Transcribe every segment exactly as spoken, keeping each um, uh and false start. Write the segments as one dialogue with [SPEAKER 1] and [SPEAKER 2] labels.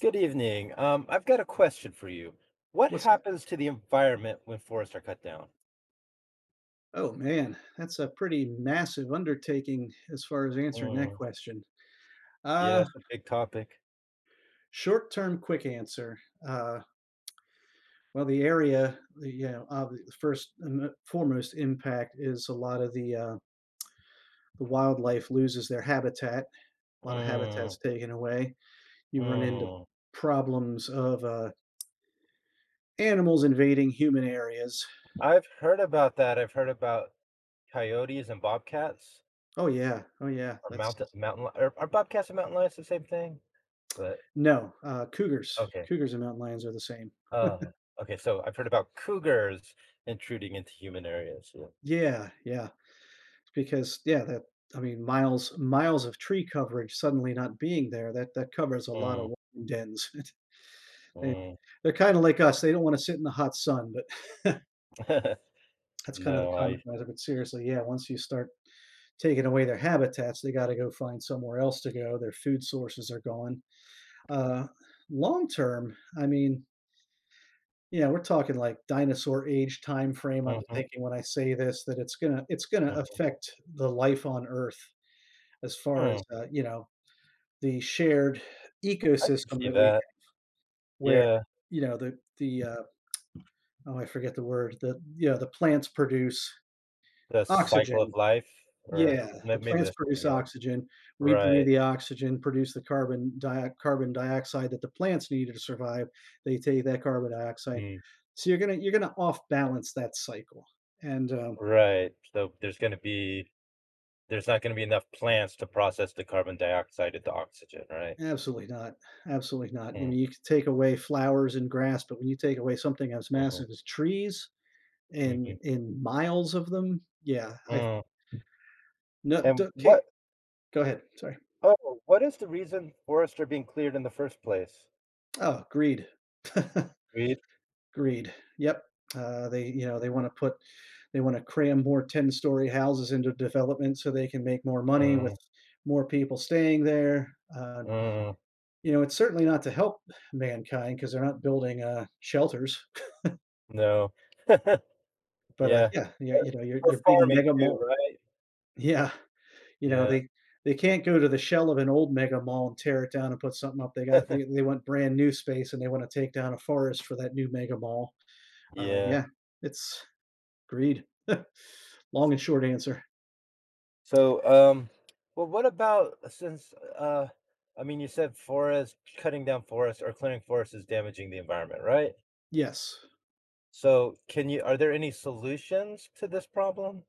[SPEAKER 1] Good evening. Um, I've got a question for you. What
[SPEAKER 2] What's that?
[SPEAKER 1] happens to the environment when forests are cut down?
[SPEAKER 2] Oh man, that's a pretty massive undertaking as far as answering that
[SPEAKER 1] Mm,
[SPEAKER 2] question. Uh,
[SPEAKER 1] yes, a big topic.
[SPEAKER 2] Short-term quick answer. Uh, well, the area, the, you know, uh, the first and foremost impact is a lot of the uh, the wildlife loses their habitat. A lot of
[SPEAKER 1] Mm,
[SPEAKER 2] habitats taken away. You run into
[SPEAKER 1] mm.
[SPEAKER 2] problems of uh, animals invading human areas.
[SPEAKER 1] I've heard about that. I've heard about coyotes and bobcats,
[SPEAKER 2] Oh yeah, oh yeah.
[SPEAKER 1] or
[SPEAKER 2] That's
[SPEAKER 1] mountain mountain li- or are bobcats and mountain lions the same thing? But
[SPEAKER 2] No, uh, cougars.
[SPEAKER 1] Okay.
[SPEAKER 2] Cougars and mountain lions are the same.
[SPEAKER 1] Uh, okay. So I've heard about cougars intruding into human areas. Yeah.
[SPEAKER 2] Yeah, yeah. Because yeah, that I mean, miles miles of tree coverage suddenly not being there, that that covers a lot
[SPEAKER 1] Mm,
[SPEAKER 2] of wind ends. They
[SPEAKER 1] mm.
[SPEAKER 2] they're kinda like us, they don't wanna sit in the hot sun, but that's kind of the
[SPEAKER 1] No, I.
[SPEAKER 2] common, but seriously, yeah, once you start taking away their habitats, they gotta go find somewhere else to go, their food sources are gone. Uh, Long term, I mean, yeah, we're talking like dinosaur age time frame, I'm
[SPEAKER 1] Mhm,
[SPEAKER 2] thinking when I say this that it's gonna it's gonna
[SPEAKER 1] mhm.
[SPEAKER 2] affect the life on Earth as far as,
[SPEAKER 1] Mm,
[SPEAKER 2] uh, you know, the shared
[SPEAKER 1] I can
[SPEAKER 2] ecosystem
[SPEAKER 1] see
[SPEAKER 2] that we
[SPEAKER 1] that.
[SPEAKER 2] where,
[SPEAKER 1] Yeah.
[SPEAKER 2] you know, the the, uh oh, I forget the word, the yeah, the plants produce
[SPEAKER 1] The cycle of
[SPEAKER 2] oxygen.
[SPEAKER 1] life or
[SPEAKER 2] Yeah,
[SPEAKER 1] may
[SPEAKER 2] the
[SPEAKER 1] maybe
[SPEAKER 2] plants
[SPEAKER 1] that's
[SPEAKER 2] produce
[SPEAKER 1] something else.
[SPEAKER 2] oxygen. We breathe
[SPEAKER 1] Right.
[SPEAKER 2] the oxygen, produce the carbon di carbon dioxide that the plants need to survive. They take that carbon dioxide.
[SPEAKER 1] Mm,
[SPEAKER 2] So you're gonna you're gonna off balance that cycle, and, um
[SPEAKER 1] right. So there's gonna be there's not gonna be enough plants to process the carbon dioxide into oxygen, right?
[SPEAKER 2] absolutely not, absolutely not. I mean,
[SPEAKER 1] Mm,
[SPEAKER 2] you can take away flowers and grass, but when you take away something as
[SPEAKER 1] mhm,
[SPEAKER 2] massive as trees. And
[SPEAKER 1] mhm,
[SPEAKER 2] and miles of them? Yeah, I,
[SPEAKER 1] mm.
[SPEAKER 2] no,
[SPEAKER 1] And
[SPEAKER 2] do, can't.
[SPEAKER 1] what
[SPEAKER 2] Go ahead, sorry.
[SPEAKER 1] Oh, what is the reason forests are being cleared in the first place?
[SPEAKER 2] Oh, greed.
[SPEAKER 1] Weed?
[SPEAKER 2] Greed, yep. Uh, they, you know, they wanna put they wanna cram more ten-story houses into development so they can make more money with
[SPEAKER 1] Mm,
[SPEAKER 2] more people staying there. Uh,
[SPEAKER 1] mm,
[SPEAKER 2] you know, it's certainly not to help mankind because 'cause they're not building, uh, shelters,
[SPEAKER 1] no.
[SPEAKER 2] but, uh,
[SPEAKER 1] Yeah.
[SPEAKER 2] yeah, yeah,
[SPEAKER 1] uh,
[SPEAKER 2] you know, your
[SPEAKER 1] For
[SPEAKER 2] your big
[SPEAKER 1] farming
[SPEAKER 2] mega
[SPEAKER 1] too,
[SPEAKER 2] mall.
[SPEAKER 1] right?
[SPEAKER 2] Yeah. You know,
[SPEAKER 1] Yeah,
[SPEAKER 2] they they can't go to the shell of an old mega mall and tear it down and put something up. They got they, they want brand new space and they want to take down a forest for that new mega mall. Uh,
[SPEAKER 1] yeah.
[SPEAKER 2] yeah, it's greed. Long and short answer.
[SPEAKER 1] So, um, well, what about uh, since uh, I mean, you said forest cutting down forests or clearing forests is damaging the environment, right?
[SPEAKER 2] Yes.
[SPEAKER 1] So, can you are there any solutions to this problem?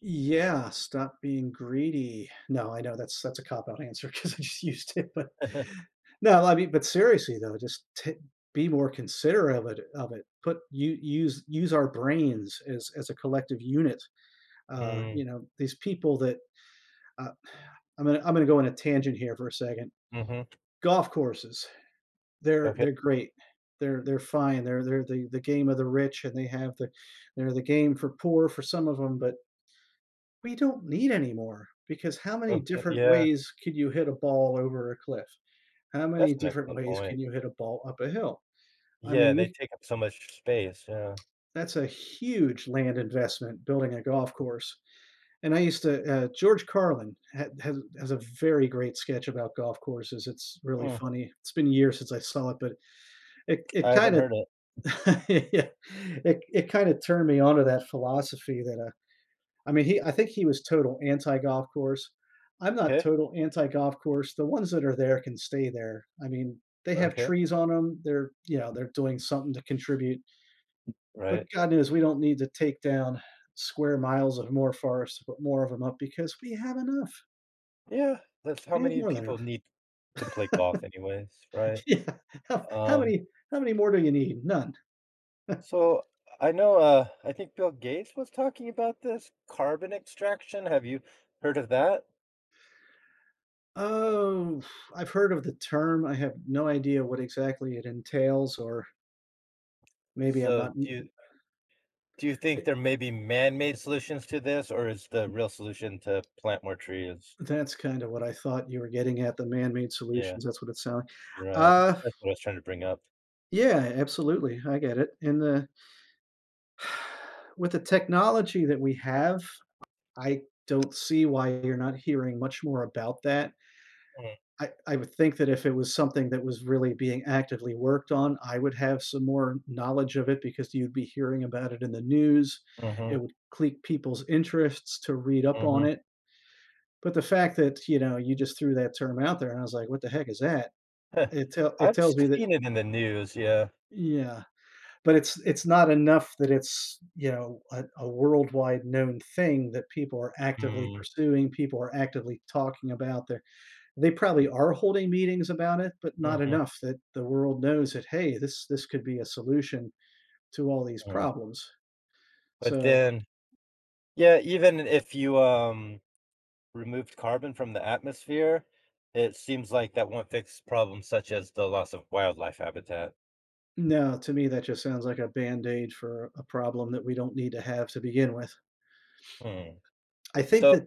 [SPEAKER 2] Yeah, stop being greedy. No, I know that's that's a cop out answer because I just used it, but no, I mean, but seriously though, just t- be more considerate of it. Of it, put you use use our brains as as a collective unit. Uh,
[SPEAKER 1] Mm,
[SPEAKER 2] you know, these people that uh, I'm gonna I'm gonna go on a tangent here for a second.
[SPEAKER 1] hmm.
[SPEAKER 2] Golf courses, they're
[SPEAKER 1] Okay.
[SPEAKER 2] they're great. They're they're fine. They're they're the, the game of the rich, and they have the they're the game for poor for some of them. But we don't need any more because how many
[SPEAKER 1] Okay.
[SPEAKER 2] different
[SPEAKER 1] Yeah,
[SPEAKER 2] ways could you hit a ball over a cliff? How many
[SPEAKER 1] that's an
[SPEAKER 2] different
[SPEAKER 1] excellent
[SPEAKER 2] ways
[SPEAKER 1] point.
[SPEAKER 2] can you hit a ball up a hill? I
[SPEAKER 1] Yeah,
[SPEAKER 2] mean,
[SPEAKER 1] and they
[SPEAKER 2] we
[SPEAKER 1] take up so much space. Yeah.
[SPEAKER 2] that's a huge land investment building a golf course, and I used to uh, George Carlin had, has, has a very great sketch about golf courses. It's really
[SPEAKER 1] Mm,
[SPEAKER 2] funny. It's been years since I saw it, but it it
[SPEAKER 1] I
[SPEAKER 2] kind
[SPEAKER 1] haven't
[SPEAKER 2] of
[SPEAKER 1] heard it.
[SPEAKER 2] yeah, it it kind of turned me onto that philosophy that uh, I mean he I think he was total anti golf course. I'm not
[SPEAKER 1] Okay.
[SPEAKER 2] total anti golf course. The ones that are there can stay there. I mean they have
[SPEAKER 1] Okay.
[SPEAKER 2] trees on them. They're, you know, they're doing something to contribute. But
[SPEAKER 1] Right.
[SPEAKER 2] God knows we don't need to take down square miles of more forest to put more of them up because we have enough.
[SPEAKER 1] Yeah. That's how
[SPEAKER 2] We have
[SPEAKER 1] many
[SPEAKER 2] more than
[SPEAKER 1] people
[SPEAKER 2] enough.
[SPEAKER 1] need to play golf anyways, right?
[SPEAKER 2] Yeah. How how
[SPEAKER 1] Um,
[SPEAKER 2] many how many more do you need? None.
[SPEAKER 1] So I know, uh, I think Bill Gates was talking about this carbon extraction. Have you heard of that?
[SPEAKER 2] Oh, I've heard of the term. I have no idea what exactly it entails, or maybe I'm
[SPEAKER 1] So
[SPEAKER 2] not
[SPEAKER 1] do
[SPEAKER 2] m
[SPEAKER 1] you do you think
[SPEAKER 2] eh
[SPEAKER 1] there may be man-made solutions to this, or is the real solution to plant more trees?
[SPEAKER 2] That's kinda what I thought you were getting at, the man-made
[SPEAKER 1] Yeah,
[SPEAKER 2] solutions, that's what it sound like.
[SPEAKER 1] right.
[SPEAKER 2] Uh,
[SPEAKER 1] That's what I was trying to bring up.
[SPEAKER 2] yeah, absolutely, I get it, and the with the technology that we have, I don't see why you're not hearing much more about that.
[SPEAKER 1] Mm,
[SPEAKER 2] I I would think that if it was something that was really being actively worked on, I would have some more knowledge of it because you'd be hearing about it in the news. It
[SPEAKER 1] mhm,
[SPEAKER 2] would clique people's interests to read up on
[SPEAKER 1] mhm.
[SPEAKER 2] it. But the fact that, you know, you just threw that term out there and I was like, "What the heck is that?" It tell it
[SPEAKER 1] I've
[SPEAKER 2] tells me that
[SPEAKER 1] seen it in the news, yeah.
[SPEAKER 2] yeah, but it's it's not enough that it's, you know, a a worldwide known thing that people are actively
[SPEAKER 1] Mm,
[SPEAKER 2] pursuing, people are actively talking about. they they probably are holding meetings about it, but not
[SPEAKER 1] mhm,
[SPEAKER 2] enough that the world knows that hey, this this could be a solution to all these
[SPEAKER 1] mm.
[SPEAKER 2] problems.
[SPEAKER 1] But
[SPEAKER 2] So
[SPEAKER 1] then, yeah, even if you, um removed carbon from the atmosphere, it seems like that won't fix problems such as the loss of wildlife habitat.
[SPEAKER 2] no, to me that just sounds like a band aid for a problem that we don't need to have to begin with.
[SPEAKER 1] Hmm.
[SPEAKER 2] I think
[SPEAKER 1] So
[SPEAKER 2] that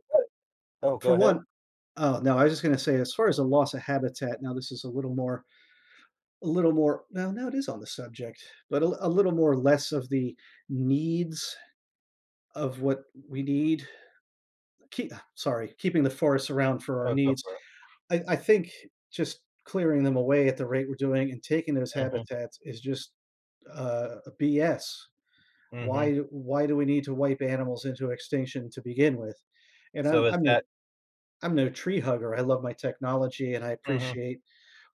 [SPEAKER 1] oh, go
[SPEAKER 2] for
[SPEAKER 1] ahead.
[SPEAKER 2] one, oh no, I was just going to say as far as a loss of habitat. Now this is a little more, a little more. No, no, it is on the subject, but a, a little more less of the needs of what we need. Keep, sorry, keeping the forests around for our
[SPEAKER 1] Oh, go
[SPEAKER 2] needs.
[SPEAKER 1] for it.
[SPEAKER 2] I I think just clearing them away at the rate we're doing and taking those
[SPEAKER 1] Mhm,
[SPEAKER 2] habitats is just, uh, B S.
[SPEAKER 1] mhm.
[SPEAKER 2] Why why do we need to wipe animals into extinction to begin with? And I'm
[SPEAKER 1] So is
[SPEAKER 2] I'm no
[SPEAKER 1] that
[SPEAKER 2] I'm no tree hugger. I love my technology, and I
[SPEAKER 1] Mhm,
[SPEAKER 2] appreciate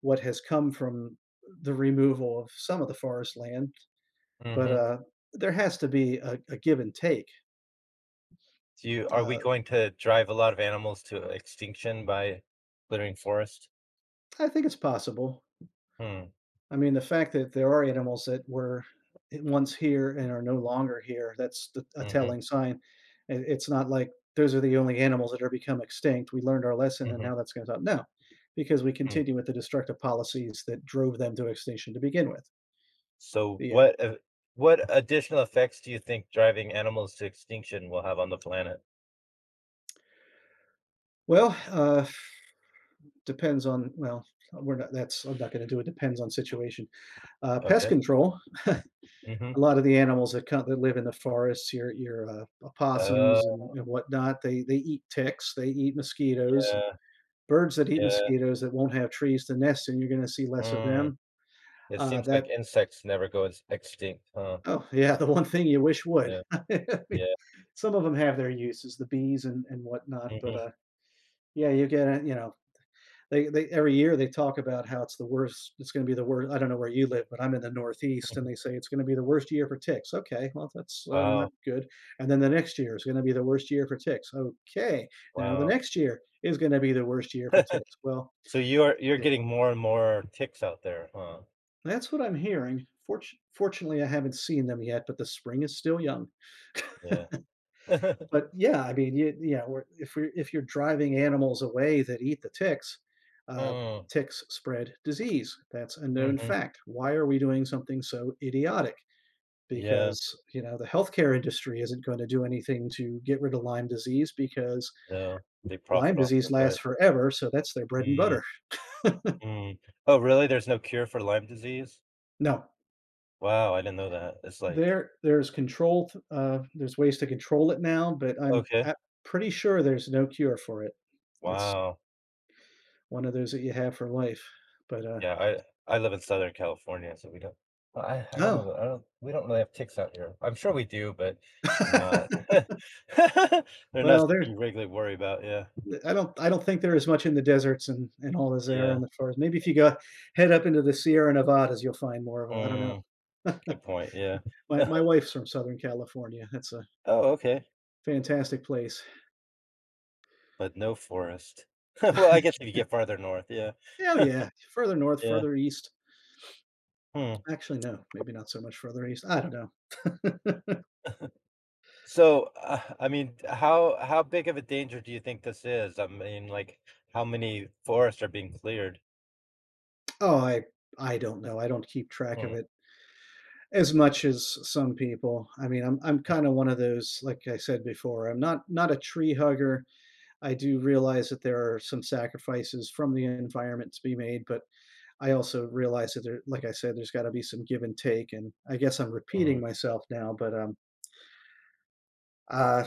[SPEAKER 2] what has come from the removal of some of the forest land, but,
[SPEAKER 1] mhm.
[SPEAKER 2] uh, there has to be a a give and take.
[SPEAKER 1] Do you Are we
[SPEAKER 2] Uh,
[SPEAKER 1] going to drive a lot of animals to extinction by clearing forest?
[SPEAKER 2] I think it's possible.
[SPEAKER 1] Hmm,
[SPEAKER 2] I mean, the fact that there are animals that were once here and are no longer here, that's the, a
[SPEAKER 1] mhm,
[SPEAKER 2] telling sign. It, it's not like those are the only animals that are become extinct. We learned our lesson and
[SPEAKER 1] mhm,
[SPEAKER 2] now that's going to stop. No, because we
[SPEAKER 1] mm.
[SPEAKER 2] continue with the destructive policies that drove them to extinction to begin with.
[SPEAKER 1] So
[SPEAKER 2] Yeah.
[SPEAKER 1] what a what additional effects do you think driving animals to extinction will have on the planet?
[SPEAKER 2] Well, uh, depends on, well, we're not, that's, I'm not going to do it. Depends on situation. Uh, pest
[SPEAKER 1] Okay.
[SPEAKER 2] control.
[SPEAKER 1] Mhm.
[SPEAKER 2] A lot of the animals that come that live in the forests, your your, uh,
[SPEAKER 1] Uh,
[SPEAKER 2] opossums and and whatnot, they they eat ticks, they eat mosquitoes.
[SPEAKER 1] yeah,
[SPEAKER 2] Birds that eat
[SPEAKER 1] yeah.
[SPEAKER 2] mosquitoes that won't have trees to nest in, you're gonna see less of
[SPEAKER 1] Mm.
[SPEAKER 2] them.
[SPEAKER 1] It
[SPEAKER 2] Uh,
[SPEAKER 1] seems
[SPEAKER 2] that
[SPEAKER 1] like insects never go ex extinct, huh?
[SPEAKER 2] Oh, yeah, the one thing you wish would.
[SPEAKER 1] Yeah,
[SPEAKER 2] I mean,
[SPEAKER 1] yeah,
[SPEAKER 2] some of 'em have their uses, the bees and and whatnot, but,
[SPEAKER 1] mhm,
[SPEAKER 2] uh, yeah, you get a you know, they, they every year they talk about how it's the worst, it's going to be the worst. I don't know where you live, but I'm in the Northeast, and
[SPEAKER 1] mhm.
[SPEAKER 2] they say it's going to be the worst year for ticks. Okay, well that's, uh, not
[SPEAKER 1] Wow,
[SPEAKER 2] good. And then the next year is going to be the worst year for ticks. Okay. Now the
[SPEAKER 1] wow.
[SPEAKER 2] next year is going to be the worst year for ticks. Well,
[SPEAKER 1] So you are you're
[SPEAKER 2] tick-
[SPEAKER 1] getting more and more ticks out there, huh?
[SPEAKER 2] that's what I'm hearing. Fortu- fortunately I haven't seen them yet, but the spring is still young.
[SPEAKER 1] Yeah.
[SPEAKER 2] But yeah, I mean, you yeah, we're if we're if you're driving animals away that eat the ticks, uh,
[SPEAKER 1] Mm,
[SPEAKER 2] ticks spread disease. That's a known
[SPEAKER 1] mhm.
[SPEAKER 2] fact. Why are we doing something so idiotic?
[SPEAKER 1] Yeah,
[SPEAKER 2] Because, you know, the healthcare industry isn't going to do anything to get rid of Lyme disease because
[SPEAKER 1] no, they
[SPEAKER 2] Lyme
[SPEAKER 1] profit off
[SPEAKER 2] disease
[SPEAKER 1] the
[SPEAKER 2] lasts
[SPEAKER 1] right.
[SPEAKER 2] forever, so that's their bread and
[SPEAKER 1] Mm,
[SPEAKER 2] butter.
[SPEAKER 1] mm. Oh, really? There's no cure for Lyme disease?
[SPEAKER 2] No,
[SPEAKER 1] Wow, I didn't know that. It's like
[SPEAKER 2] there there's control th uh, there's ways to control it now, but I'm
[SPEAKER 1] okay,
[SPEAKER 2] a pretty sure there's no cure for it. It's
[SPEAKER 1] wow.
[SPEAKER 2] one of those that you have for life, but, uh,
[SPEAKER 1] Yeah, I I live in Southern California, so we don't. Well, I I don't
[SPEAKER 2] oh.
[SPEAKER 1] know, I don't we don't really have ticks out here. I'm sure we do, but not they're not
[SPEAKER 2] Well,
[SPEAKER 1] something
[SPEAKER 2] there
[SPEAKER 1] you regularly worry about, yeah.
[SPEAKER 2] I don't I don't think there is much in the deserts and and all as there are
[SPEAKER 1] Yeah.
[SPEAKER 2] in the forest. Maybe if you go head up into the Sierra Nevadas, you'll find more of them. I
[SPEAKER 1] Mm,
[SPEAKER 2] don't know.
[SPEAKER 1] good point, yeah.
[SPEAKER 2] My my wife's from Southern California. That's a
[SPEAKER 1] Oh, okay,
[SPEAKER 2] fantastic place.
[SPEAKER 1] but no forest. Well, I guess if you get farther north, yeah.
[SPEAKER 2] Oh, yeah, further north,
[SPEAKER 1] Yeah,
[SPEAKER 2] further east.
[SPEAKER 1] hmm.
[SPEAKER 2] Actually, no, maybe not so much further east, I don't know.
[SPEAKER 1] So, uh, I mean, how how big of a danger do you think this is? I mean, like, how many forests are being cleared?
[SPEAKER 2] Oh, I I don't know, I don't keep track of
[SPEAKER 1] Mm,
[SPEAKER 2] it as much as some people. I mean, I'm I'm
[SPEAKER 1] mm,
[SPEAKER 2] kinda one of those, like I said before, I'm not not a tree hugger. I do realize that there are some sacrifices from the environment to be made, but I also realize that there, like I said, there's got to be some give and take. And I guess I'm repeating
[SPEAKER 1] mm.
[SPEAKER 2] myself now, but um, uh,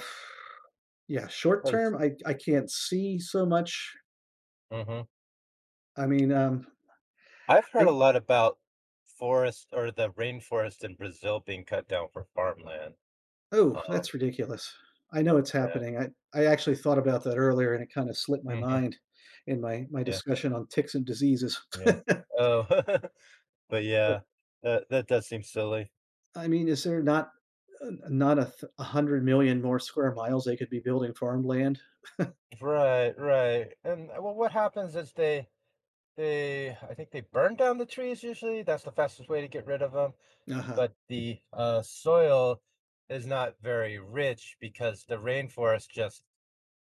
[SPEAKER 2] yeah, short
[SPEAKER 1] 'Cause
[SPEAKER 2] term, I I can't see so much.
[SPEAKER 1] mhm.
[SPEAKER 2] I mean, um,
[SPEAKER 1] I've heard a
[SPEAKER 2] I
[SPEAKER 1] lot about forest or the rainforest in Brazil being cut down for farmland.
[SPEAKER 2] oh,
[SPEAKER 1] Um,
[SPEAKER 2] that's ridiculous. I know it's
[SPEAKER 1] yeah.
[SPEAKER 2] happening. I I actually thought about that earlier, and it kind of slipped my
[SPEAKER 1] Mhm.
[SPEAKER 2] mind in my my
[SPEAKER 1] Yeah,
[SPEAKER 2] discussion on ticks and diseases.
[SPEAKER 1] yeah. Oh, but
[SPEAKER 2] But
[SPEAKER 1] yeah, that that does seem silly.
[SPEAKER 2] I mean, is there not uh, not a th- a one hundred million more square miles they could be building farmland.
[SPEAKER 1] Right, right. And, uh, well, what happens is they they I think they burn down the trees usually. That's the fastest way to get rid of them.
[SPEAKER 2] Uh-huh.
[SPEAKER 1] But the, uh, soil is not very rich because the rainforest just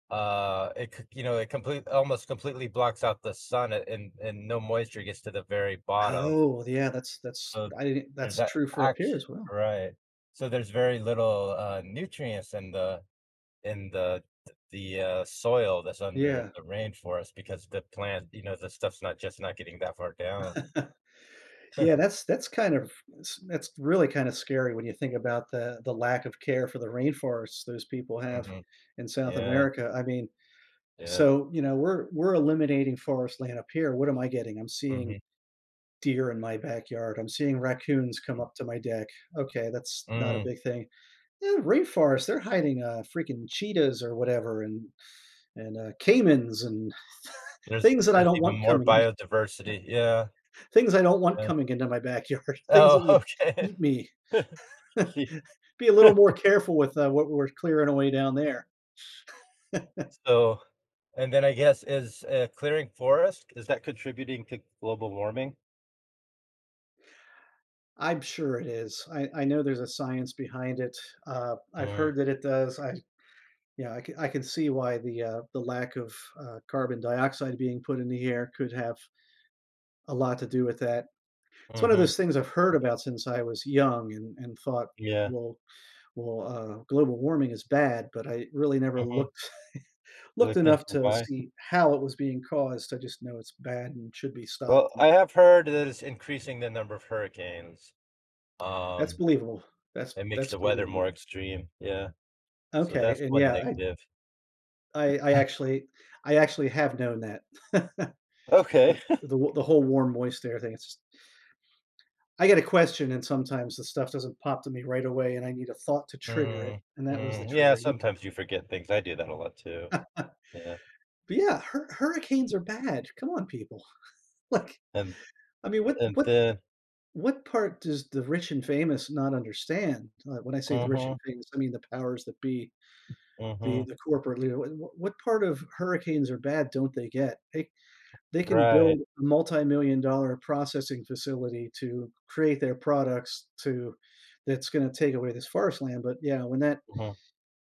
[SPEAKER 1] uh it c- you know, it complete almost completely blocks out the sun, a- and and no moisture gets to the very bottom.
[SPEAKER 2] Oh, yeah, that's that's
[SPEAKER 1] So
[SPEAKER 2] I didn't
[SPEAKER 1] there's
[SPEAKER 2] that's
[SPEAKER 1] that.
[SPEAKER 2] true for up
[SPEAKER 1] Act
[SPEAKER 2] here as well.
[SPEAKER 1] Right. So there's very little uh nutrients in the in the the uh, soil that's under
[SPEAKER 2] Yeah.
[SPEAKER 1] the rainforest because the plant you know, the stuff's not just not getting that far down.
[SPEAKER 2] Yeah, that's that's kind of s- that's really kind of scary when you think about the the lack of care for the rainforests those people have
[SPEAKER 1] Hmm,
[SPEAKER 2] in South
[SPEAKER 1] yeah,
[SPEAKER 2] America. I mean,
[SPEAKER 1] yeah,
[SPEAKER 2] so, you know, we're we're eliminating forest land up here. What am I getting? I'm seeing
[SPEAKER 1] hmm,
[SPEAKER 2] deer in my backyard. I'm seeing raccoons come up to my deck. Okay, that's not a
[SPEAKER 1] mm.
[SPEAKER 2] big thing. Yeah, rainforest, they're hiding, uh, freaking cheetahs or whatever and and, uh, caimans and
[SPEAKER 1] there's
[SPEAKER 2] things that I
[SPEAKER 1] there's
[SPEAKER 2] don't
[SPEAKER 1] even
[SPEAKER 2] want
[SPEAKER 1] more
[SPEAKER 2] coming in.
[SPEAKER 1] biodiversity, yeah,
[SPEAKER 2] Things I don't want
[SPEAKER 1] yeah.
[SPEAKER 2] coming into my backyard, things
[SPEAKER 1] Oh
[SPEAKER 2] that would
[SPEAKER 1] okay
[SPEAKER 2] eat me. Be a
[SPEAKER 1] Yeah.
[SPEAKER 2] little more careful with, uh, what we're clearing away down there.
[SPEAKER 1] So, and then I guess is, uh, clearing forest, is that contributing to global warming?
[SPEAKER 2] I'm sure it is. I I know there's a science behind it. Uh, I've
[SPEAKER 1] Mm,
[SPEAKER 2] heard that it does. I yeah, I can can see why the, uh, the lack of, uh, carbon dioxide being put in the air could have a lot to do with that. It's one of
[SPEAKER 1] mhm,
[SPEAKER 2] those things I've heard about since I was young and and thought,
[SPEAKER 1] yeah,
[SPEAKER 2] "Well well, uh, global warming is bad," but I really never
[SPEAKER 1] mhm.
[SPEAKER 2] looked
[SPEAKER 1] I
[SPEAKER 2] looked
[SPEAKER 1] looked into
[SPEAKER 2] enough to
[SPEAKER 1] why.
[SPEAKER 2] see how it was being caused. I just know it's bad and should be
[SPEAKER 1] Well,
[SPEAKER 2] stopped, and
[SPEAKER 1] I have heard that it's increasing the number of hurricanes.
[SPEAKER 2] that's
[SPEAKER 1] Um,
[SPEAKER 2] believable. That's
[SPEAKER 1] it makes
[SPEAKER 2] that's
[SPEAKER 1] the weather
[SPEAKER 2] believable.
[SPEAKER 1] more extreme, yeah, so
[SPEAKER 2] Okay,
[SPEAKER 1] that's
[SPEAKER 2] and
[SPEAKER 1] one
[SPEAKER 2] yeah,
[SPEAKER 1] negative.
[SPEAKER 2] I I I actually I actually have known that.
[SPEAKER 1] Okay.
[SPEAKER 2] 'Cause the w the whole warm, moist air thing, it's just I get a question and sometimes the stuff doesn't pop to me right away, and I need a thought to trigger it,
[SPEAKER 1] Mm,
[SPEAKER 2] and that was the
[SPEAKER 1] mm, yeah,
[SPEAKER 2] trigger.
[SPEAKER 1] sometimes you forget things, I do that a lot too, yeah,
[SPEAKER 2] But yeah, hur hurricanes are bad. Come on, people. Like,
[SPEAKER 1] and
[SPEAKER 2] I mean, what
[SPEAKER 1] and
[SPEAKER 2] what
[SPEAKER 1] then
[SPEAKER 2] what part does the rich and famous not understand? Uh, when I say the rich and
[SPEAKER 1] mhm,
[SPEAKER 2] famous, I mean the powers that be, the
[SPEAKER 1] mhm,
[SPEAKER 2] the corporate leader. What what what part of hurricanes are bad don't they get? They they can
[SPEAKER 1] right,
[SPEAKER 2] build a multi-million dollar processing facility to create their products to that's gonna take away this forest land, but yeah, when that
[SPEAKER 1] mhm,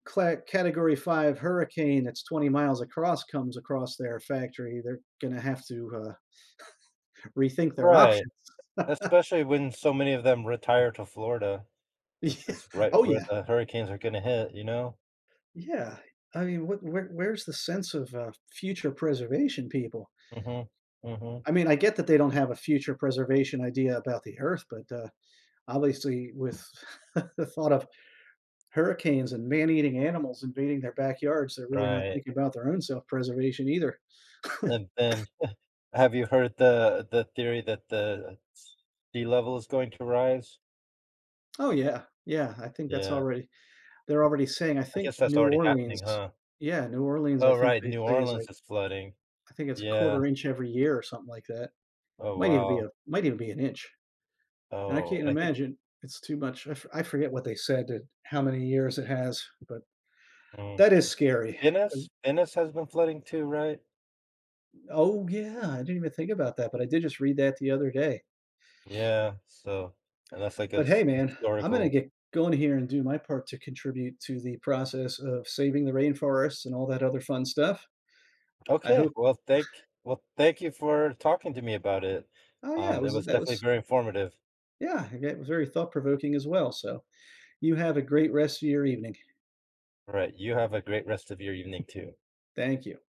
[SPEAKER 2] cla Category five hurricane that's twenty miles across comes across their factory, they're gonna have to, uh rethink their
[SPEAKER 1] right.
[SPEAKER 2] options.
[SPEAKER 1] Especially when so many of them retire to Florida, which
[SPEAKER 2] Yeah.
[SPEAKER 1] is right
[SPEAKER 2] Oh,
[SPEAKER 1] where
[SPEAKER 2] yeah.
[SPEAKER 1] the hurricanes are gonna hit, you know?
[SPEAKER 2] Yeah. I mean, what where where's the sense of, uh, future preservation, people?
[SPEAKER 1] Mhm, mhm,
[SPEAKER 2] I mean, I get that they don't have a future preservation idea about the Earth, but, uh, obviously, with the thought of hurricanes and man-eating animals invading their backyards, they're really not
[SPEAKER 1] right,
[SPEAKER 2] thinking about their own self-preservation either.
[SPEAKER 1] and then have you heard the the theory that the sea level is going to rise?
[SPEAKER 2] Oh, yeah. Yeah, I think that's
[SPEAKER 1] Yeah,
[SPEAKER 2] already they're already saying I
[SPEAKER 1] I
[SPEAKER 2] think
[SPEAKER 1] guess that's
[SPEAKER 2] New
[SPEAKER 1] already
[SPEAKER 2] Orleans
[SPEAKER 1] happening, huh?
[SPEAKER 2] yeah, New Orleans, I
[SPEAKER 1] Oh,
[SPEAKER 2] think
[SPEAKER 1] right,
[SPEAKER 2] they
[SPEAKER 1] New
[SPEAKER 2] say is, like
[SPEAKER 1] Orleans is flooding.
[SPEAKER 2] I think it's a
[SPEAKER 1] Yeah,
[SPEAKER 2] quarter inch every year or something like that.
[SPEAKER 1] oh,
[SPEAKER 2] Might even be
[SPEAKER 1] wow.
[SPEAKER 2] a might even be an inch, and I
[SPEAKER 1] Oh,
[SPEAKER 2] can't
[SPEAKER 1] and I think
[SPEAKER 2] imagine it's too much. I f I forget what they said that how many years it has, but
[SPEAKER 1] mm,
[SPEAKER 2] that is scary 'cause
[SPEAKER 1] Venice? Venice has been flooding too, right?
[SPEAKER 2] Oh, yeah, I didn't even think about that, but I did just read that the other day.
[SPEAKER 1] Yeah, so and that's like a
[SPEAKER 2] But hey,
[SPEAKER 1] s
[SPEAKER 2] man, I'm gonna
[SPEAKER 1] historical.
[SPEAKER 2] get going here and do my part to contribute to the process of saving the rainforests and all that other fun stuff. I
[SPEAKER 1] Okay.
[SPEAKER 2] hope
[SPEAKER 1] Well, thank well, thank you for talking to me about it.
[SPEAKER 2] Oh, yeah, it
[SPEAKER 1] Um, it
[SPEAKER 2] was
[SPEAKER 1] was
[SPEAKER 2] that
[SPEAKER 1] definitely
[SPEAKER 2] was
[SPEAKER 1] very informative.
[SPEAKER 2] yeah, it was very thought provoking as well, so you have a great rest of your evening.
[SPEAKER 1] All right. You have a great rest of your evening too.
[SPEAKER 2] Thank you.